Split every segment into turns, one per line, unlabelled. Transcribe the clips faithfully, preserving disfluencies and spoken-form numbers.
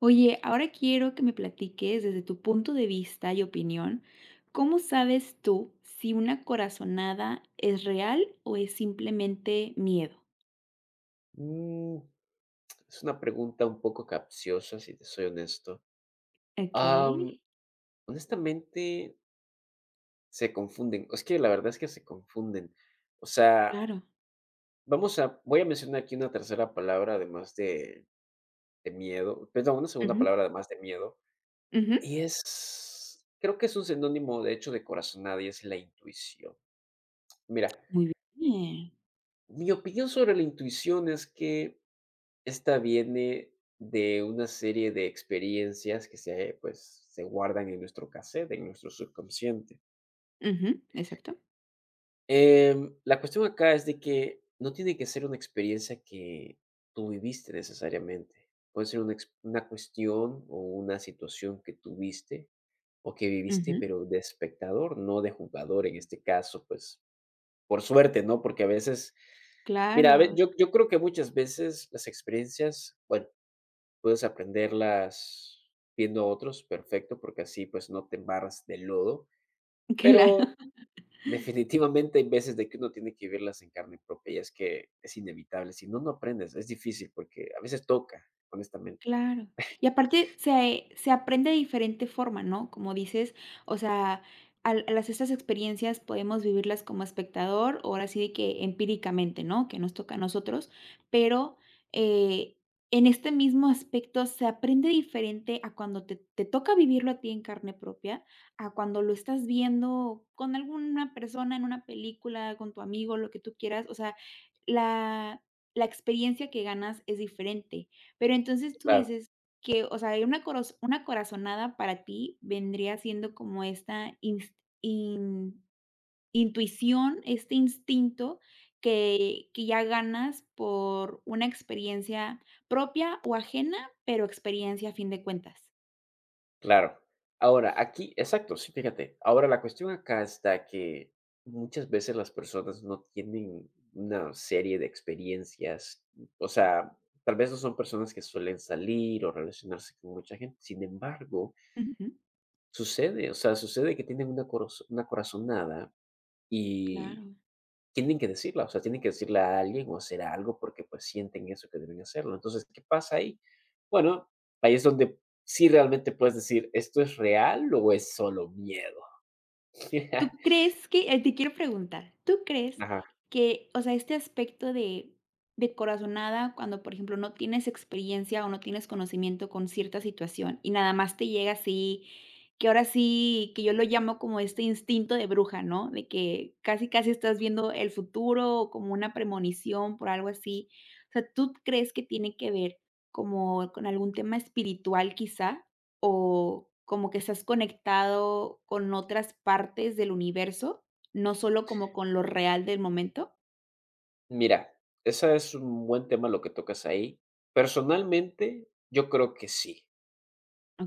Oye, ahora quiero que me platiques desde tu punto de vista y opinión, ¿cómo sabes tú si una corazonada es real o es simplemente miedo?
Mm, es una pregunta un poco capciosa, si te soy honesto.
Okey,
Am, honestamente, se confunden. Es que la verdad es que se confunden. O sea,
claro.
vamos a, voy a mencionar aquí una tercera palabra además de, de miedo, perdón, una segunda
Ujú,
palabra además de miedo.
ujú.
Y es, creo que es un sinónimo de hecho de corazonada y es la intuición. Mira,
Muy bien.
mi opinión sobre la intuición es que esta viene de una serie de experiencias que se, pues, se guardan en nuestro cassette, en nuestro subconsciente.
Ujú, exacto.
Em, la cuestión acá es de que no tiene que ser una experiencia que tú viviste necesariamente. Puede ser una, ex- una cuestión o una situación que tuviste o que viviste,
Ujú,
pero de espectador, no de jugador. En este caso, pues, por suerte, ¿no? Porque a veces, mira, a ve-
claro,
yo, yo creo que muchas veces las experiencias, bueno, puedes aprenderlas viendo a otros, perfecto, porque así, pues, no te embarras de lodo,
claro.
pero definitivamente hay veces de que uno tiene que vivirlas en carne propia, y es que es inevitable, si no, no aprendes, es difícil porque a veces toca, honestamente.
Claro. Y aparte se se aprende de diferente forma, ¿no? Como dices, o sea, al a las estas experiencias podemos vivirlas como espectador, o ahora sí de que empíricamente, ¿no? Que nos toca a nosotros, pero, eh, en este mismo aspecto se aprende diferente a cuando te te toca vivirlo a ti en carne propia, a cuando lo estás viendo con alguna persona en una película, con tu amigo, lo que tú quieras, o sea, la la experiencia que ganas es diferente. Pero entonces tú
Claro,
dices que, o sea, hay una coraz una corazonada para ti vendría siendo como esta ins in intuición, este instinto que que ya ganas por una experiencia propia o ajena, pero experiencia a fin de cuentas.
claro. Ahora, aquí exacto, sí, fíjate. Ahora, la cuestión acá está que muchas veces las personas no tienen una serie de experiencias, o sea, tal vez no son personas que suelen salir o relacionarse con mucha gente, sin embargo,
Ujú.
sucede. O sea, sucede que tienen una coraz una corazonada y
Claro.
tienen que decirla, o sea, tienen que decirle a alguien o hacer algo porque, pues, sienten eso que deben hacerlo. Entonces, ¿qué pasa ahí? Bueno, ahí es donde sí realmente puedes decir, ¿esto es real o es solo miedo?
¿Tú crees que? Eh, te quiero preguntar, ¿tú crees
Ajá.
que, o sea, este aspecto de de corazonada cuando, por ejemplo, no tienes experiencia o no tienes conocimiento con cierta situación y nada más te llega así, que ahora sí, que yo lo llamo como este instinto de bruja, ¿no? De que casi, casi estás viendo el futuro o como una premonición por algo así. O sea, ¿tú crees que tiene que ver como con algún tema espiritual, quizá? O como que estás conectado con otras partes del universo, no solo como con lo real del momento.
Mira, esa es un buen tema lo que tocas ahí. Personalmente, yo creo que sí,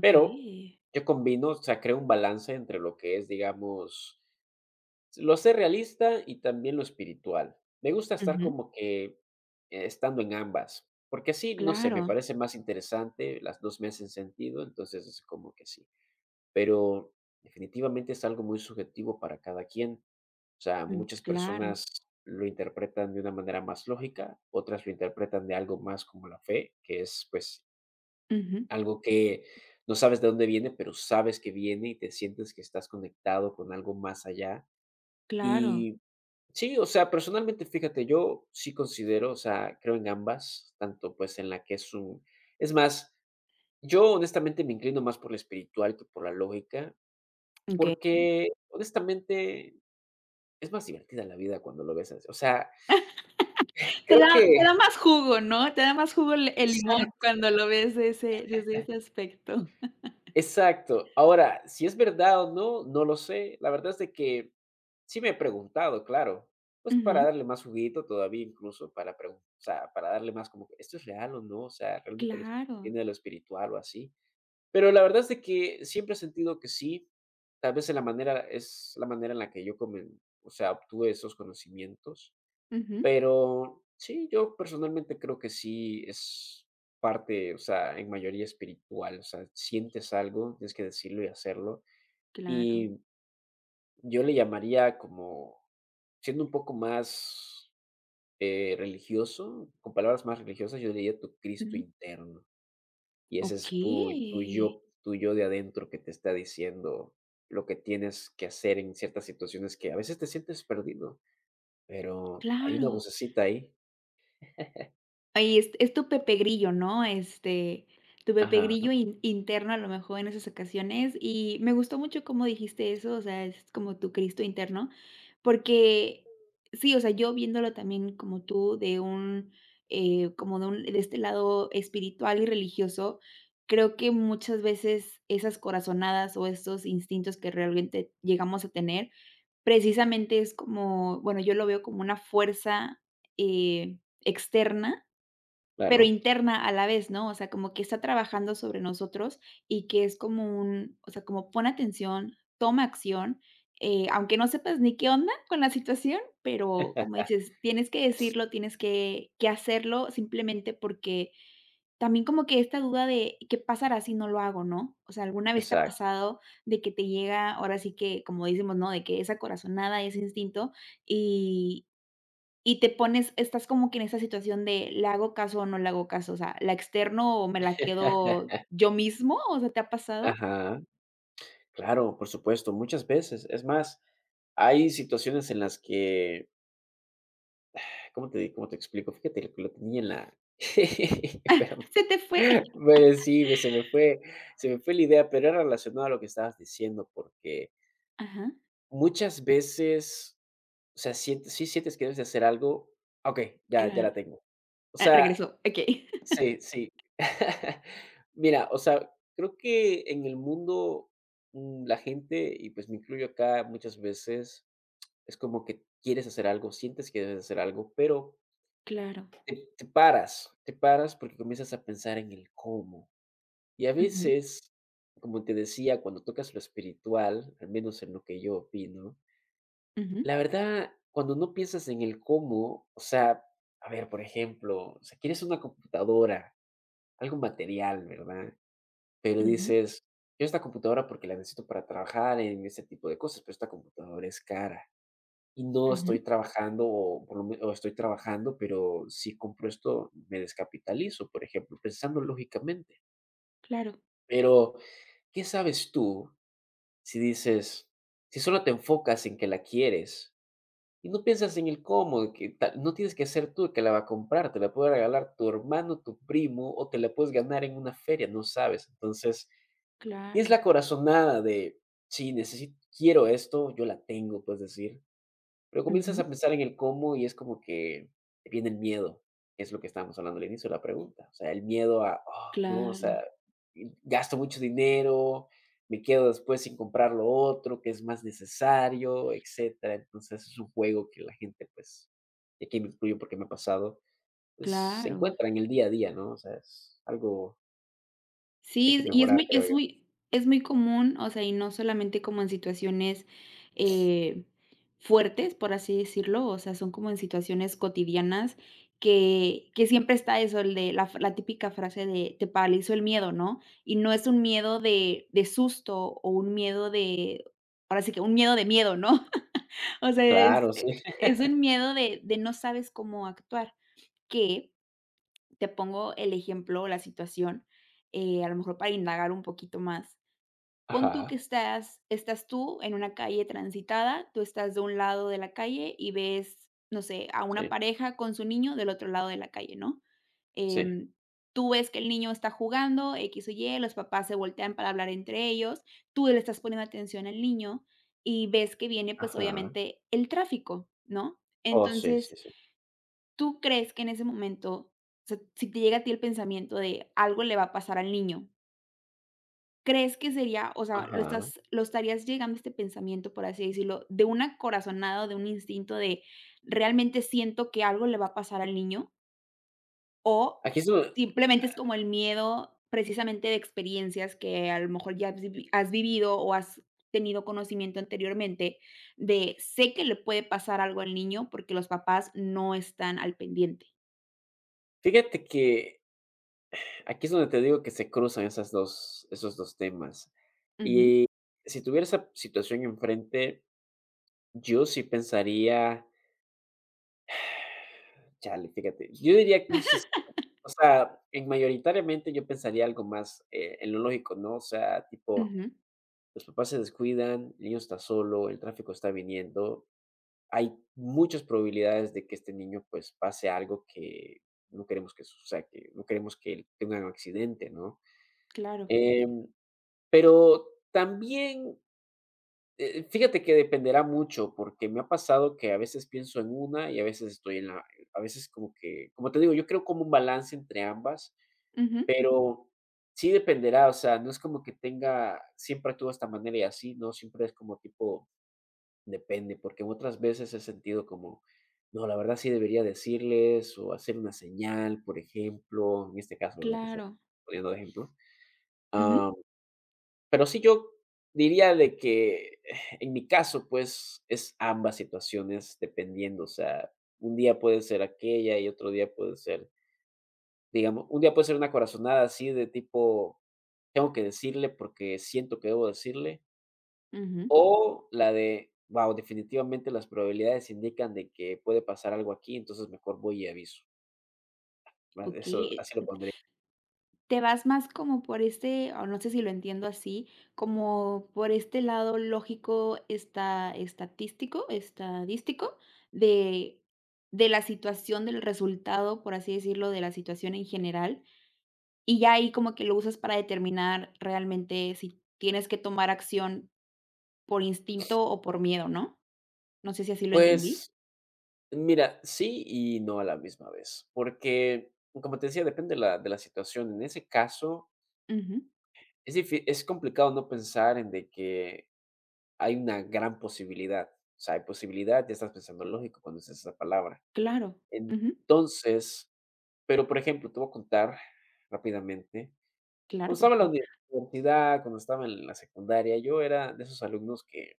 pero yo combino, o sea, creo un balance entre lo que es, digamos, lo sé, realista y también lo espiritual. Me gusta estar
Ujú.
como que eh, estando en ambas, porque así, no sé, me
Claro.
parece más interesante, las dos me hacen sentido, entonces es como que sí. Pero definitivamente es algo muy subjetivo para cada quien. O sea,
Mm,
muchas
claro.
personas lo interpretan de una manera más lógica, otras lo interpretan de algo más como la fe, que es, pues,
Ujú.
algo que no sabes de dónde viene, pero sabes que viene y te sientes que estás conectado con algo más allá.
Claro.
Y sí, o sea, personalmente, fíjate, yo sí considero, o sea, creo en ambas, tanto pues en la que es un... Es más, yo honestamente me inclino más por la espiritual que por la lógica,
Okey.
porque honestamente es más divertida la vida cuando lo ves así. O sea,
Te
creo
da te
que...
da más jugo, ¿no? Te da más jugo el el limón
Exacto.
cuando lo ves de ese desde ese aspecto.
Exacto. Ahora, si es verdad o no, no lo sé. La verdad es de que sí me he preguntado, claro. Pues para
Ujú.
darle más juguito todavía incluso, para pregun o sea, para darle más como, que, ¿esto es real o no? O sea, realmente lo es,
Claro.
viene de lo espiritual o así. Pero la verdad es de que siempre he sentido que sí. Tal vez en la manera es la manera en la que yo comen o sea, obtuve esos conocimientos.
Ujú.
Pero sí, yo personalmente creo que sí es parte, o sea, en mayoría espiritual, o sea, sientes algo, tienes que decirlo y hacerlo.
Claro.
Y yo le llamaría como, siendo un poco más eh, religioso, con palabras más religiosas, yo diría tu Cristo
Ujú.
interno. Y ese es tu, tu
Okey.
yo, tu yo de adentro que te está diciendo lo que tienes que hacer en ciertas situaciones que a veces te sientes perdido, pero hay una
Claro.
vocecita ahí.
Ahí es es tu Pepe Grillo, ¿no? Este, tu Pepe
Ajá,
Grillo in interno, a lo mejor, en esas ocasiones. Y me gustó mucho cómo dijiste eso, o sea, es como tu Cristo interno, porque sí, o sea, yo viéndolo también como tú, de un, eh, como de un de este lado espiritual y religioso, creo que muchas veces esas corazonadas o estos instintos que realmente llegamos a tener, precisamente es como, bueno, yo lo veo como una fuerza, eh, externa pero
claro.
interna a la vez, ¿no? O sea, como que está trabajando sobre nosotros y que es como un, o sea, como pon atención, toma acción, eh, aunque no sepas ni qué onda con la situación, pero como dices, tienes que decirlo, tienes que que hacerlo simplemente porque también como que esta duda de qué pasará si no lo hago, ¿no? O sea, ¿alguna vez te ha
Exacto.
pasado de que te llega, ahora sí que, como decimos, ¿no? De que esa corazonada, ese instinto, y y te pones estás como que en esa situación de, ¿le hago caso o no le hago caso? O sea, ¿la externo o me la quedo yo mismo? O sea, ¿te ha pasado?
Ajá. Claro, por supuesto, muchas veces. Es más, hay situaciones en las que, ¿cómo te di cómo te explico? Fíjate lo que lo tenía en la espérame.
Se te fue.
Bueno, sí, me se me fue se me fue la idea, pero era relacionado a lo que estabas diciendo, porque
Ajá,
muchas veces, o sea, sientes sí sientes que debes de hacer algo. Okey, ya ya la
claro.
tengo. O
Ah,
sea,
regresó, okey.
sí, sí. Mira, o sea, creo que en el mundo, mm, la gente, y pues me incluyo acá muchas veces, es como que quieres hacer algo, sientes que debes hacer algo, pero
Claro.
te, te paras, te paras porque comienzas a pensar en el cómo. Y a
Ujú,
veces, como te decía, cuando tocas lo espiritual, al menos en lo que yo opino,
ujú,
la verdad, cuando no piensas en el cómo, o sea, a ver, por ejemplo, o sea, quieres una computadora, algo material, ¿verdad? Pero
ujú,
dices: "Quiero esta computadora porque la necesito para trabajar en este tipo de cosas, pero esta computadora es cara, y no estoy
ujú.
trabajando, o por lo me o estoy trabajando, pero si compro esto, me descapitalizo", por ejemplo, pensando lógicamente.
Claro,
Pero, ¿qué sabes tú si dices si solo te enfocas en que la quieres y no piensas en el cómo, de que tal, no tienes que ser tú el que la va a comprar, te la puede regalar tu hermano, tu primo, o te la puedes ganar en una feria, no sabes? Entonces, es
claro.
la corazonada de, sí, necesito quiero esto, yo la tengo, puedes decir, pero comienzas a
Ujú.
pensar en el cómo y es como que te viene el miedo, es lo que estábamos hablando al inicio de la pregunta, o sea, el miedo a, ah, no, o
Claro,
sea, y gasto mucho dinero, me quedo después sin comprar lo otro que es más necesario, etcétera. Entonces, es un juego que la gente, pues, y aquí me incluyo porque me ha pasado, pues, se
claro.
encuentra en el día a día, ¿no? O sea, es algo que hay que
Sí, y es
mejorar,
muy
creo
es
yo.
muy es muy común, o sea, y no solamente como en situaciones, eh, fuertes, por así decirlo, o sea, son como en situaciones cotidianas que que siempre está eso, el de la f la típica frase de: "Te paralizó el miedo", ¿no? Y no es un miedo de de susto o un miedo de ahora sí que un miedo de miedo, ¿no? O sea, es
Claro, sí.
es un miedo de de no sabes cómo actuar, que te pongo el ejemplo o la situación, eh, a lo mejor para indagar un poquito más. Pon tú que
Ajá,
estás estás tú en una calle transitada, tú estás de un lado de la calle y ves, no sé, a una
sí.
pareja con su niño del otro lado de la calle, ¿no?
Sí,
Em, Tú ves que el niño está jugando, x o y los papás se voltean para hablar entre ellos, tú le estás poniendo atención al niño y ves que viene, pues,
ajá.
obviamente el tráfico, ¿no?
Oh, sí, sí,
Entonces,
sí.
¿tú crees que en ese momento, o sea, si te llega a ti el pensamiento de algo le va a pasar al niño, crees que sería, o sea, lo
Ajá.
estás, lo estarías llegando este pensamiento, por así decirlo, de una corazonada, de un instinto de realmente siento que algo le va a pasar al niño? ¿O
Aquí es donde, ah,
simplemente es como el miedo precisamente de experiencias que a lo mejor ya has vivi- has vivido o has tenido conocimiento anteriormente de sé que le puede pasar algo al niño porque los papás no están al pendiente?
fíjate que aquí es donde te digo que se cruzan esas dos, esos dos temas.
Ujú,
Y si tuviera esa situación enfrente, yo sí pensaría, chale, fíjate, yo diría que un sesenta, o sea, en mayoritariamente yo pensaría algo más, eh, en lo lógico, ¿no? O sea, tipo,
ujú.
los papás se descuidan, el niño está solo, el tráfico está viniendo, hay muchas probabilidades de que este niño, pues, pase algo que no queremos que suceda, que no queremos que él tenga un accidente, ¿no?
Claro.
Em, pero también, eh, fíjate que dependerá mucho, porque me ha pasado que a veces pienso en una y a veces estoy en la a veces como que, como te digo, yo creo como un balance entre ambas,
Ujú,
pero sí dependerá, o sea, no es como que tenga siempre actúo de esta manera y así, ¿no? Siempre es como tipo. Depende, porque otras veces he sentido como, no, la verdad sí debería decirles o hacer una señal, por ejemplo, en este caso, ¿verdad? Que está
claro.
poniendo de ejemplo.
Ujú,
Ah, pero sí yo diría de que en mi caso, pues, es ambas situaciones dependiendo, o sea, un día puede ser aquella y otro día puede ser, digamos, un día puede ser una corazonada así de tipo, tengo que decirle porque siento que debo decirle,
ujú.
o la de: "Wow, definitivamente las probabilidades indican de que puede pasar algo aquí, entonces mejor voy y aviso". Va,
Okey,
eso así lo pondría.
te vas más como por este, o no sé si lo entiendo así, como por este lado lógico, está estatístico estadístico de de la situación, del resultado, por así decirlo, de la situación en general, y ya ahí como que lo usas para determinar realmente si tienes que tomar acción por instinto o por miedo, ¿no? No sé si así lo entendí.
Pues, mira, sí y no a la misma vez, porque, como te decía, depende de la de la situación. En ese caso,
Ujú.
es difí es complicado no pensar en de que hay una gran posibilidad. O sea, hay posibilidad, ya estás pensando lógico cuando dices esa palabra.
Claro. Ujú.
Entonces, pero, por ejemplo, te voy a contar rápidamente. Cuando
Claro, por
estaba en la
favor.
uni- universidad, cuando estaba en la secundaria, yo era de esos alumnos que,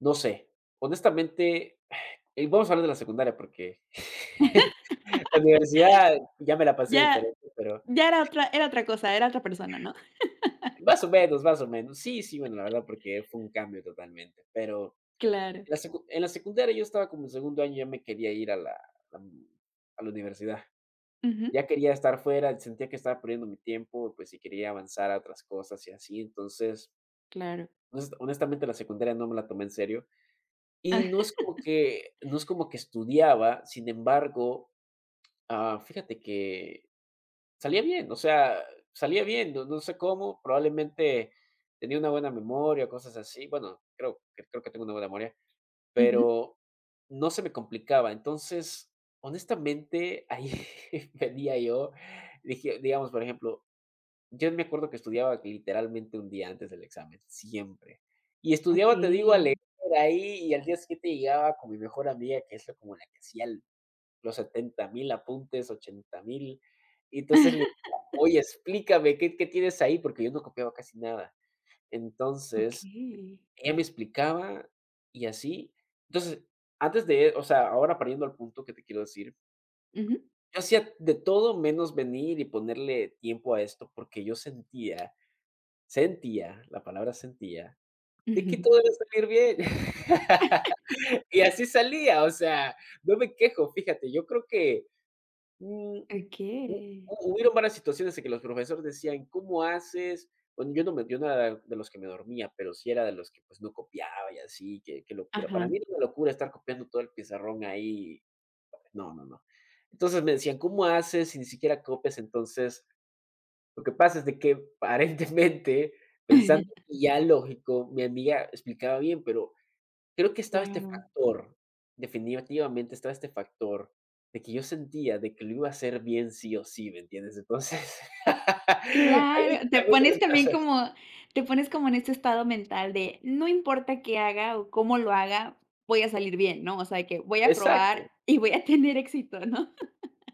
no sé, honestamente, y vamos a hablar de la secundaria, porque la universidad ya me la pasé
Ya
diferente, pero
ya era otra era otra cosa, era otra persona, ¿no?
más o menos, más o menos. Sí, sí, bueno, la verdad, porque fue un cambio totalmente, pero
Claro.
en la secu en la secundaria yo estaba como en segundo año, ya me quería ir a la la a la universidad.
Ujú.
Ya quería estar fuera, sentía que estaba perdiendo mi tiempo, pues, y quería avanzar a otras cosas y así. Entonces,
Claro.
honest honestamente, la secundaria no me la tomé en serio. Y
Ah,
no es como que no es como que estudiaba, sin embargo, ah, fíjate que salía bien, o sea, salía bien, no no sé cómo, probablemente tenía una buena memoria, cosas así. Bueno, creo que creo que tengo una buena memoria,
ujú.
pero no se me complicaba. Entonces, honestamente, ahí venía yo, dije, digamos, por ejemplo, yo me acuerdo que estudiaba literalmente un día antes del examen, siempre. Y estudiaba, te digo, a
Okey.
leer ahí y al día siguiente llegaba con mi mejor amiga, que es la como la que hacía el los setenta mil apuntes, ochenta mil. Y entonces le decía: "Oye, explícame, ¿qué qué tienes ahí?", porque yo no copiaba casi nada. Entonces,
Okey.
ella me explicaba y así. Entonces, antes de o sea, ahora pariendo al punto que te quiero decir,
Ujú.
yo hacía de todo menos venir y ponerle tiempo a esto, porque yo sentía, sentía, la palabra sentía, de que todo iba a salir bien. Y así salía, o sea, no me quejo, fíjate, yo creo que, mm, hu
Okey.
hu hubieron varias situaciones en que los profesores decían: "¿Cómo haces?". Bueno, yo no me yo no era de los que me dormía, pero sí era de los que, pues, no copiaba y así, qué qué locura. Para
Ajá.
mí era una locura estar copiando todo el pizarrón ahí. No, no, no. Entonces me decían: "¿Cómo haces si ni siquiera copias?". Entonces lo que pasa es de que aparentemente, pensando ya lógico, mi amiga explicaba bien, pero creo que estaba este
Claro.
factor, definitivamente estaba este factor de que yo sentía de que lo iba a hacer bien sí o sí, ¿me entiendes? Entonces, hay mu
Claro, te
hay
pones
muchas
también
cosas.
como te pones como en este estado mental de: "No importa qué haga o cómo lo haga, voy a salir bien", ¿no? O sea, que voy a probar
Exacto,
y voy a tener éxito, ¿no?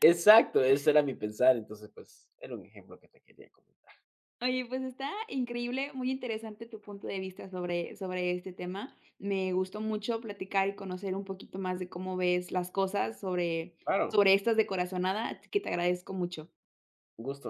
exacto, ese era mi pensar, entonces, pues, era un ejemplo que te quería comentar.
Oye, pues está increíble, muy interesante tu punto de vista sobre, sobre este tema. Me gustó mucho platicar y conocer un poquito más de cómo ves las cosas sobre,
Claro,
sobre estas de así que te agradezco mucho.
un gusto.